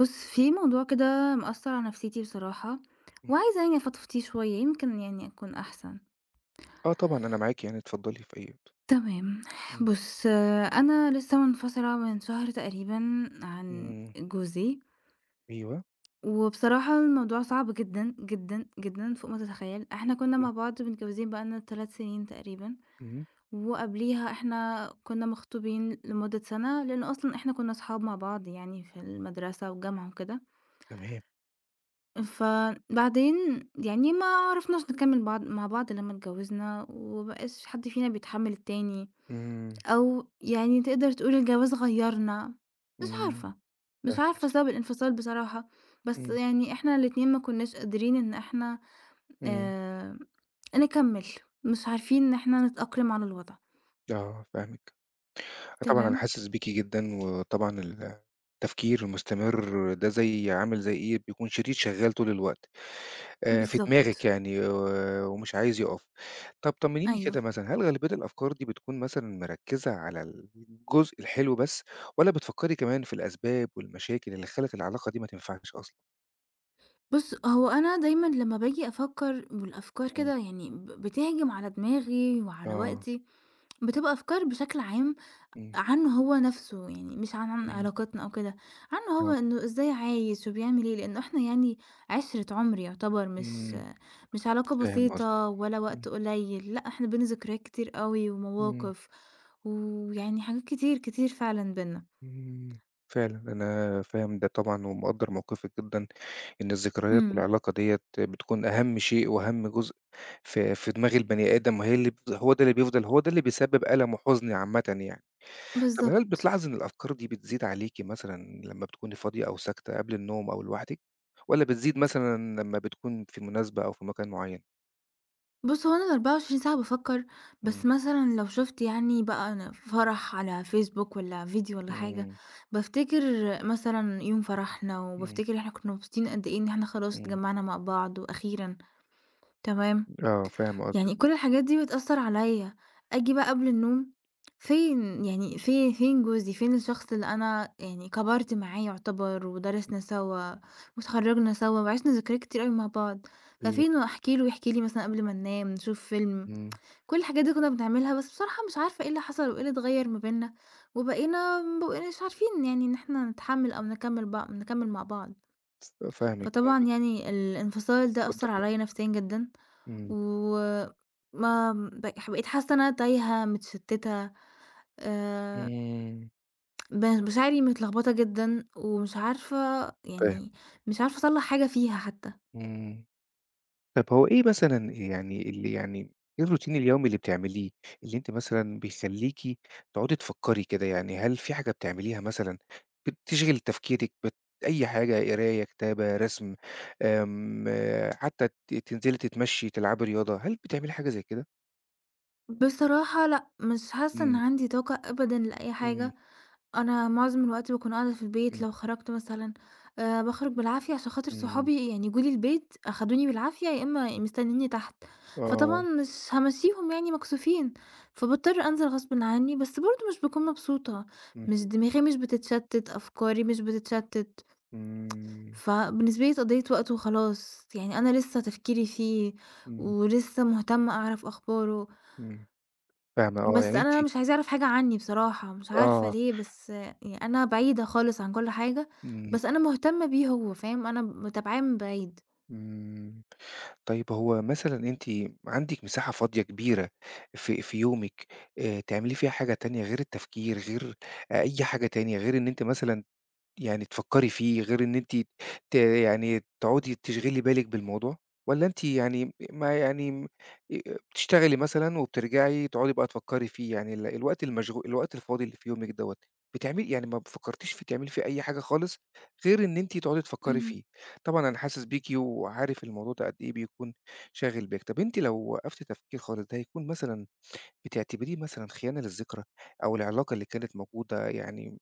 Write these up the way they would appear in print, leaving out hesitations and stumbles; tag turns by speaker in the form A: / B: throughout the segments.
A: بُص، في موضوع كده مأثّر على نفسيتي بصراحة،
B: إمم.
A: وعايزة يعني أفضفض فيه شوية يمكن يعني أكون أحسن.
B: آه طبعًا أنا معاكِ يعني اتفضّلي في أي وقت.
A: تمام،
B: إمم،
A: بُص آه، أنا لسه منفصلة من شهر تقريبًا عن
B: إمم،
A: جوزي،
B: أيوه،
A: وبصراحة الموضوع صعب جدًا، جدًا، جدًا فوق ما تتخيل. إحنا كنا
B: أيوه،
A: مع بعض متجوزين بقى لنا 3 سنين تقريبًا،
B: إمم،
A: وقبليها إحنا كنا مخطوبين لمدة سنة، لأن أصلًا إحنا كنا صحاب مع بعض يعني في المدرسة والجامعة وكده.
B: تمام،
A: فبعدين يعني ما عرفناش نكمّل بعض مع بعض لمّا اتجوّزنا وما بقاش حد فينا بيتحمّل التاني
B: إمم،
A: أو يعني تقدر تقول الجواز غيّرنا، مش
B: إمم،
A: عارفة، مش
B: فاهم
A: عارفة
B: قصدِك،
A: سبب الانفصال بصراحة، بس
B: إمم،
A: يعني إحنا الاتنين ما كناش قادرين إن إحنا
B: إمم،
A: آآ نكمّل، مش عارفين إن إحنا نتأقلم على الوضع،
B: آه فاهمِك. آه طبعًا أنا
A: تمام؟
B: حاسس بيكِ جدًا، وطبعًا التفكير المستمر ده زي عامل زي إيه، بيكون شريط شغّال طول الوقت في دماغِك
A: بالضبط،
B: يعني و ومش عايز يقف. طَب طمّنيني
A: أيوه.
B: كده مثلًا، هل غالبية الأفكار دي بتكون مثلًا مركّزة على الجزء الحلو بس، والّا بتفكّري كمان في الأسباب والمشاكل اللي خلّت العلاقة دي ما تنفعش أصلًا؟
A: بُص، هو أنا دايمًا لمّا باجي أفكّر والأفكار
B: إمم،
A: كده يعني بتهجم على دماغي وعلى
B: آه،
A: وقتي بتبقى أفكار بشكل عام
B: إمم،
A: عنه هو نفسه، يعني مش عن
B: إمم،
A: علاقتنا أو كده، عنه هو
B: آه،
A: إنه إزاي عايش وبيعمل إيه، لإنه إحنا يعني عِشرة عُمر يعتبر مش
B: إمم،
A: مش علاقة
B: فاهم قصدك،
A: بسيطة ولا وقت
B: إمم،
A: قليل، لأ إحنا بينا ذكريات كتير أوي
B: إمم،
A: ومواقف، ويعني حاجات كتير، كتير فعلًا بينا.
B: إمم، فعلًا أنا فاهم ده طبعًا ومقدّر موقفِك جدًا، إن الذكريات
A: إمم،
B: والعلاقة ديّة بتكون أهم شيء وأهم جزء في دماغ البني آدم، وهي اللي بت هو ده اللي بيفضل هو ده اللي بيسبب ألم وحزن عامةً يعني. طَب هل
A: بالضبط.
B: بتلاحظي إن الأفكار دي بتزيد عليكِ مثلًا لمّا بتكوني فاضية أو ساكتة قبل النوم أو لوحدِك، والّا بتزيد مثلًا لمّا بتكون في مناسبة أو في مكان معيّن؟
A: بُص، هو أنا ال24 ساعة بافكّر،
B: إمم،
A: بس مثلًا لو شُفت يعني بقى أنا فرح على فيسبوك والّا فيديو والّا حاجة،
B: إمم،
A: بافتكر مثلًا يوم فرحنا
B: إمم،
A: وبافتكر إحنا كُنّا مبسوطين قد إيه إن إحنا خلاص
B: إمم.
A: اتجمّعنا مع بعض وأخيرًا، تمام؟
B: آه، فاهم قصدِك،
A: يعني كل الحاجات دي بتأثّر عليّا. آجي بقى قبل النوم، فين يعني فين جوزي، فين الشخص اللي أنا يعني كبرت معاه يعتبر ودرسنا سوا واتخرّجنا سوا وعِشنا ذكريات كتير أوي مع بعض،
B: أيوه،
A: ففين وأحكي له يحكي لي مثلًا قبل ما ننام، نشوف فيلم.
B: إمم،
A: كل الحاجات دي كنا بنعملها، بس بصراحة مش عارفة إيه اللي حصل وإيه اللي اتغيّر ما بيننا، وبقينا ما بقيناش عارفين يعني إن إحنا نتحمّل أو نكمّل مع بعض،
B: فاهمِك،
A: فطبعًا
B: فاهمِك،
A: يعني الانفصال ده
B: مقدّر
A: أثّر عليَّ
B: موقفِك،
A: نفسيًا جدًا،
B: إمم،
A: وما بقيت حاسة إن أنا تايهة، متشتّتة، آآ
B: إمم،
A: مشاعري متلخبطة جدًا، ومش عارفة
B: فاهم،
A: يعني مش عارفة أصلّح حاجة فيها حتى.
B: إمم. طَب هو إيه مثلًا يعني اللي يعني إيه الروتين اليومي اللي بتعمليه، اللي أنتِ مثلًا بيخلّيكِ تقعدي تفكّري كده يعني، هل في حاجة بتعمليها مثلًا بتشغل تفكيرِك أي حاجة قراية، كتابة، رسم، آمم، حتى تنزلي تتمشّي، تلعبي رياضة، هل بتعملي حاجة زي كده؟
A: بصراحة لأ، مش حاسة إن
B: إمم،
A: عندي طاقة أبدًا لأي
B: إمم،
A: حاجة. أنا معظم الوقت باكون قاعدة في البيت،
B: إمم،
A: لو خرجت مثلًا باخرج بالعافية عشان خاطر
B: إمم،
A: صحابي، يعني جُه لي البيت أخدوني بالعافية، يا إما مستنيينّي تحت، فطبعًا
B: آه،
A: مش هامشّيهم يعني مكسوفين، فباضطر أنزل غصبٍ عني، بس برضه مش باكون مبسوطة،
B: إمم،
A: مش دماغي مش بتتشتت، أفكاري مش بتتشتت،
B: إمم،
A: فبالنسبة لي قضية وقت وخلاص، يعني أنا لسه تفكيري فيه
B: إمم.
A: ولسه مهتمة أعرف أخباره.
B: إمم، فاهمة آه،
A: بس
B: يعني
A: أنا
B: أنتِ
A: مش عايزاه يعرف حاجة عني بصراحة، مش عارفة
B: آه،
A: ليه، بس يعني أنا بعيدة خالص عن كل حاجة،
B: إمم،
A: بس أنا مهتمة بيه هو، فاهم، أنا متابعاه من بعيد.
B: إمم، طيب هو مثلًا أنتِ عندِك مساحة فاضية كبيرة في يومِك، تعملي فيها حاجة تانية غير التفكير، غير أي حاجة تانية، غير إن أنتِ مثلًا يعني تفكّري فيه، غير إن أنتِ يعني تقعدي تشغلي بالِك بالموضوع، والّا أنتِ يعني ما يعني م بتشتغلي مثلًا وبترجعي تقعدي بقى تفكّري فيه، يعني ال الوقت المشغو الوقت الفاضي اللي في يومِك دوّة، بتعملي يعني ما فكّرتيش في تعملي فيه أي حاجة خالص، غير إن أنتِ تقعدي تفكّري
A: اهم،
B: فيه. طبعًا أنا حاسس بيكِ وعارف الموضوع ده قد إيه بيكون شاغل بالِك. طَب أنتِ لو وقّفتِ تفكير خالص، ده هيكون مثلًا بتعتبريه مثلًا خيانة للذكرى أو العلاقة اللي كانت موجودة يعني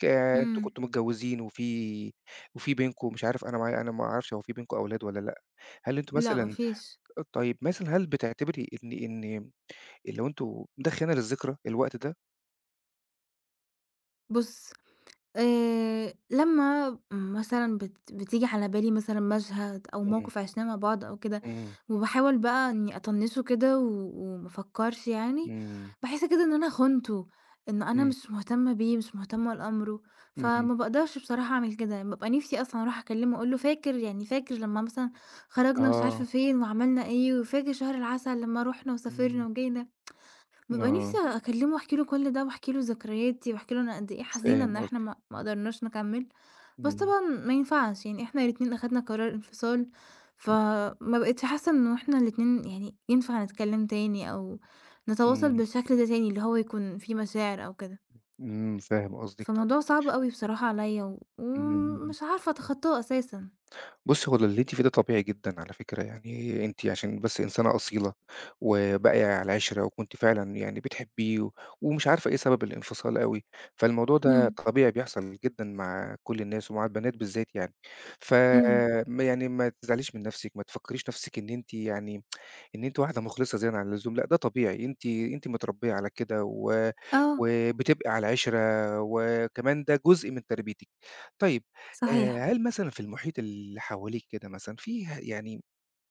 B: ك أنتم
A: إمم،
B: كنتم متجوزين وفي بينكم مش عارف أنا معايا أنا ما أعرفش هو في بينكم أولاد والّا لأ، هل أنتم
A: لأ ما
B: مثلًا
A: فيش.
B: طيب مثلًا هل بتعتبري إن لو أنتم ده خيانة للذكرى الوقت ده؟
A: بُص، لمّا مثلًا بتيجي على بالي مثلًا مشهد أو
B: إمم،
A: موقف عِشناه مع بعض أو كده،
B: إمم،
A: وباحاول بقى إني أطنّشه كده وما أفكّرش يعني،
B: إمم،
A: باحس كده إن أنا خُنته، إن أنا
B: إمم،
A: مش مهتمة بيه، مش مهتمة لأمره،
B: إمم،
A: فما باقدرش بصراحة أعمل كده، يعني بابقى نِفْسي أصلًا أروح أكلّمه أقول له فاكر لمّا مثلًا خرجنا مش عارفة
B: آه،
A: فين وعملنا إيه، وفاكر شهر العسل لمّا رُحنا
B: إمم،
A: وسافرنا وجينا؟ بابقى نفسي
B: آه،
A: أكلّمه واحكي له كل ده، واحكي له ذكرياتي، واحكي له أنا قد إيه حزينة إن
B: فاهم
A: إحنا
B: قصدك،
A: ما قدرناش نكمّل، بس
B: إمم،
A: طبعًا ما ينفعش، يعني إحنا الاتنين أخدنا قرار انفصال، فما بقيتش حاسة إنه إحنا الاتنين يعني ينفع نتكلّم تاني أو نتواصل
B: إمم،
A: بالشكل ده تاني، اللي هو يكون في مشاعر أو كده،
B: إمم، فاهم قصدك طبعًا،
A: فموضوع صعب أوي بصراحة عليَّ و
B: إمم.
A: ومش عارفة أتخطاه أساسًا.
B: بُصّي، هو اللي أنتِ فيه ده طبيعي جدًا على فكرة، يعني أنتِ عشان بس إنسانة أصيلة وباقية على العِشرة وكنتِ فعلًا يعني بتحبيه و ومش عارفة إيه سبب الانفصال أوي، فالموضوع ده
A: إمم.
B: طبيعي بيحصل جدًا مع كل الناس ومع البنات بالذات يعني. ف
A: إمم.
B: ما يعني ما تزعليش من نَفْسِك، ما تفكّريش نَفْسِك إن أنتِ يعني إن أنتِ واحدة مخلصة زيادة عن اللزوم، لأ ده طبيعي، أنتِ متربية على كده و
A: آه،
B: وبتبقي على عِشرة، وكمان ده جزء من تربيتِك. طيب إمم.
A: صحيح.
B: هل مثلًا في المحيط اللي حواليك كده مثلًا في يعني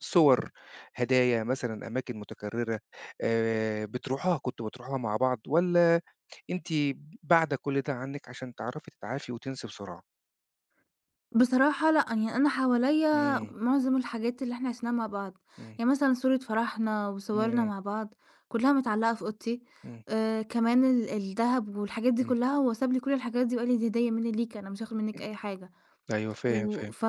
B: صور، هدايا مثلًا، أماكن متكررة كنتم بتروحوها مع بعض، والّا أنتِ بَاعدة كل ده عنِّك عشان تعرفي تتعافي وتنسي بسرعة؟
A: بصراحة لأ، يعني أنا حواليّا
B: إمم،
A: معظم الحاجات اللي إحنا عِشناها مع بعض،
B: إمم،
A: يعني مثلًا صورة فرحنا وصورنا
B: إمم،
A: مع بعض كلّها متعلّقة في أوضتي،
B: إمم،
A: كمان الدهب والحاجات دي
B: إمم،
A: كلّها، هو ساب لي كل الحاجات دي وقال لي: "دي هدية منّي ليكِ، أنا مش هاخد منِّك
B: إمم،
A: أي حاجة."
B: أيوه فاهم،
A: و
B: فاهم،
A: ف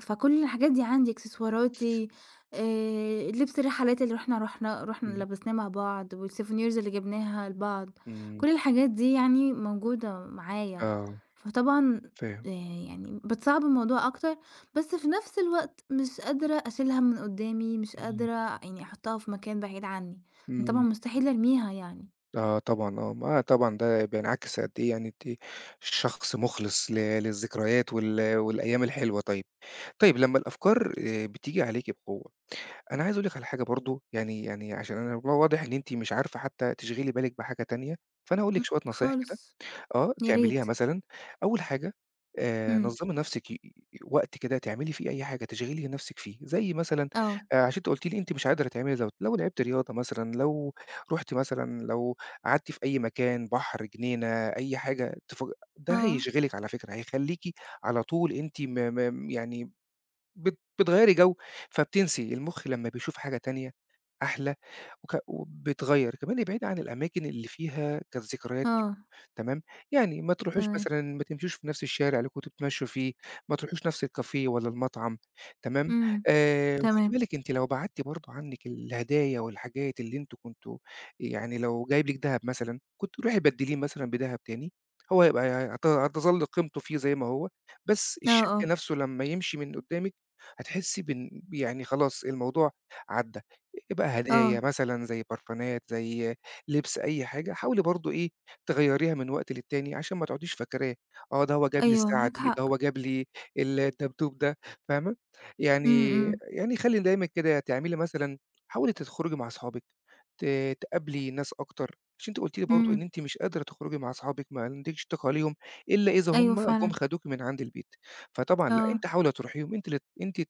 A: فكل الحاجات دي عندي، إكسسواراتي، لبس الرحلات اللي إحنا رُحنا
B: إمم،
A: لبسناه مع بعض والsouvenirs اللي جبناها لبعض،
B: إمم،
A: كل الحاجات دي يعني موجودة معايا.
B: آه،
A: فطبعًا
B: فاهم.
A: آآ يعني بتصعّب الموضوع أكتر، بس في نفس الوقت مش قادرة أشيلها من قدّامي، مش
B: إمم،
A: قادرة يعني أحطها في مكان بعيد عني، لإن طبعًا
B: إمم،
A: مستحيل أرميها يعني،
B: آه طبعًا، آه، ما طبعًا ده بينعكس قد إيه يعني أنتِ شخص مُخلص للذكريات وال والأيام الحلوة طيب. طيب لمّا الأفكار بتيجي عليكِ بقوة، أنا عايز أقول لِك على حاجة برضه يعني يعني عشان أنا واضح إن أنتِ مش عارفة حتى تشغلي بالِك بحاجة تانية، فأنا هاقول لِك
A: إمم،
B: شوية نصايح كده
A: خالص،
B: آه،
A: يا
B: تعمليها
A: ريت.
B: مثلًا أول حاجة إمم.
A: إمم،
B: نظّمي نفسِك وقت كده تعملي فيه أي حاجة تشغلي نفسِك فيه، زي مثلًا إمم.
A: آه،
B: عشان أنتِ قُلتِ لي أنتِ مش قادرة تعملي دوّة، لو لعبتِ رياضة مثلًا، لو رُحتِ مثلًا لو قعدتِ في أي مكان، بحر، جنينة، أي حاجة ده
A: آه،
B: هيشغلِك على فكرة، هيخلّيكِ على طول أنتِ م م يعني بتغيّري جو، فبتنسي، المُخ لمّا بيشوف حاجة تانية أحلى وبتغيّر، كمان ابعدي عن الأماكن اللي فيها كانت ذكريات ليكم،
A: آه،
B: تمام، يعني ما تروحوش
A: تمام،
B: مثلًا ما تمشوش في نفس الشارع اللي كنتم بتتمشوا فيه، ما تروحوش نفس الكافيه والّا المطعم، تمام،
A: إمم،
B: خدي
A: تمام.
B: بالِك أنتِ لو بعدتِ برضه عنِّك الهدايا والحاجات اللي أنتم كنتم يعني لو جايب لِك دهب مثلًا، كنتِ روحي بدّليه مثلًا بدهب تاني، هو هيبقى هتظل قيمته فيه زي ما هو، بس
A: آه، آه،
B: الشكل نفسه لمّا يمشي من قدّامِك هتحسّي بإن يعني خلاص الموضوع عدّى، إيه بقى هدايا
A: آه،
B: مثلًا زي برفانات، زي لبس، أي حاجة، حاولي برضه إيه، تغيّريها من وقت للتاني عشان ما تقعديش فاكراه، آه ده هو جاب لي
A: أيوه
B: الساعة
A: معاك
B: دي، ده
A: حق،
B: هو جاب لي الدبدوب ده، فاهمة؟
A: إمم،
B: يعني
A: إمم،
B: يعني خلّي دايمًا كده تعملي مثلًا حاولي تخرجي مع أصحابِك، ت تقابلي ناس أكتر، عشان أنتِ قُلتِ لي برضه إن
A: إمم،
B: أنتِ مش قادرة تخرجي مع أصحابِك، ما عندكيش طاقة ليهم إلا إذا
A: أيوه
B: هم جُم
A: فعلًا،
B: خدوكِ من عند البيت، فطبعًا لأ،
A: آه،
B: أنتِ حاولي تروحيهم، أنتِ اللي أنتِ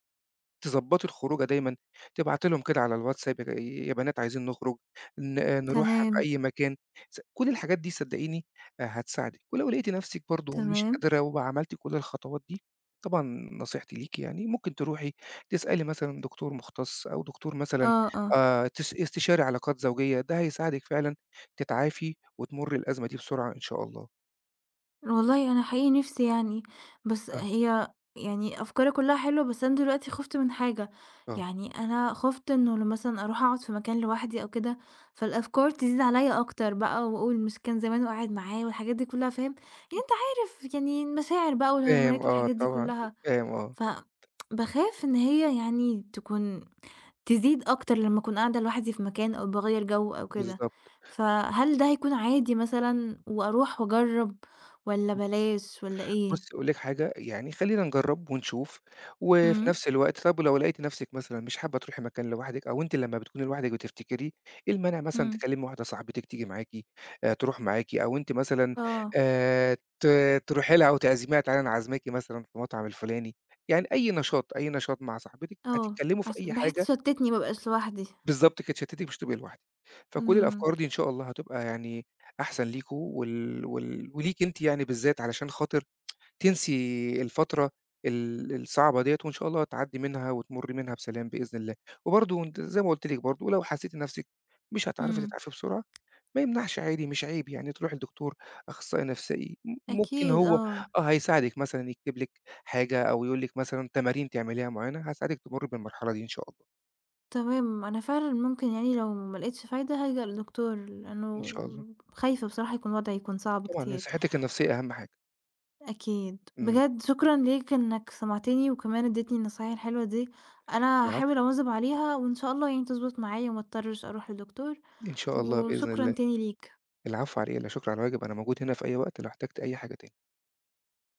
B: تضبّطي الخروجة دايمًا، تبعتي لهم كده على الواتساب "يا بنات عايزين نخرج، ن إمم. نروح في
A: تمام،
B: أي مكان." كل الحاجات دي صدّقيني هتساعدِك، ولو لقيتِ نَفْسِك برضه مش
A: تمام،
B: قادرة وعملتِ كل الخطوات دي، طبعًا نصيحتي ليكِ يعني ممكن تروحي تسألي مثلًا دكتور مختص أو دكتور مثلًا
A: آه، آه،
B: تس استشاري علاقات زوجية، ده هيساعدِك فعلًا تتعافي وتمُرّي الأزمة دي بسرعة إن شاء الله.
A: والله أنا حقيقي نفسي يعني، بس
B: آه،
A: هي يعني أفكارك كلها حلوة، بس أنا دلوقتي خُفت من حاجة،
B: آه.
A: يعني أنا خُفت إنه لو مثلًا أروح أقعد في مكان لوحدي أو كده، فالأفكار تزيد عليَّ أكتر بقى وأقول مش كان زمانه قاعد معايا والحاجات دي كلها، فاهم، يعني أنت عارف يعني المشاعر بقى
B: فاهم
A: والهرمونات
B: آه
A: والحاجات دي
B: طبعًا،
A: كلها.
B: فاهم آه،
A: ف باخاف إن هي يعني تكون تزيد أكتر لمّا أكون قاعدة لوحدي في مكان أو باغيّر جو أو كده،
B: بالضبط.
A: فهل ده هيكون عادي مثلًا وأروح وأجرّب، والّا بلاش والّا إيه؟
B: بُصّي أقول لِك حاجة، يعني خلّينا نجرّب ونشوف، وفي
A: إمم،
B: نفس الوقت طب ولو لقيتِ نفسِك مثلًا مش حابة تروحي مكان لوحدِك أو أنتِ لمّا بتكوني لوحدِك بتفتكريه، إيه المانع مثلًا
A: إمم.
B: تكلّمي واحدة صاحبتِك تيجي معاكِ، تروح معاكِ أو أنتِ مثلًا
A: آه،
B: آآ ت تروحي لها وتعزميها تعالي أنا عازماكِ مثلًا في المطعم الفلاني، يعني أي نشاط، أي نشاط مع صاحبتِك
A: آه،
B: هتتكلّموا في أي
A: بحيث
B: حاجة
A: تشتتني ما أبقاش لوحدي.
B: بالضبط كده تشتتِك مش هتبقي لوحدِك، فكل
A: إمم.
B: الأفكار دي إن شاء الله هتبقى يعني أحسن ليكم وال وال وليكِ أنتِ يعني بالذات علشان خاطر تنسي الفترة الصعبة ديّة وإن شاء الله تعدّي منها وتمُرّي منها بسلام بإذن الله. وبرضه أنتِ زي ما قُلت لِك برضه لو حسّيتِ نَفْسِك مش هتعرفي
A: إمم.
B: تتعافي بسرعة، ما يمنعش عادي مش عيب يعني تروحي لدكتور، أخصائي نفسي، ممكن
A: أكيد
B: هو
A: آه،
B: آه هيساعدِك مثلًا يكتب لِك حاجة أو يقول لِك مثلًا تمارين تعمليها معيّنة هتساعدِك تمُرّي بالمرحلة دي إن شاء الله.
A: تمام. أنا فعلًا ممكن يعني لو ما لقيتش فايدة هالجأ لدكتور،
B: إن
A: لأنه
B: شاء الله.
A: خايفة بصراحة يكون وضعي صعب
B: طبعًا
A: كتير.
B: صحّتِك النفسية أهَم حاجة.
A: أكيد،
B: إمم.
A: بجد شكرًا ليك إنك سمعتني وكمان اديتني النصايح الحلوة دي، أنا
B: العفو،
A: هاحاول أواظب عليها وإن شاء الله يعني تضبط معايا وما اضطرش أروح لدكتور،
B: إن شاء الله بإذن
A: وشكرًا
B: الله.
A: تاني ليك.
B: العفو على إيه، لا شُكر على واجب، أنا موجود هنا في أي وقت لو احتجتِ أي حاجة تاني.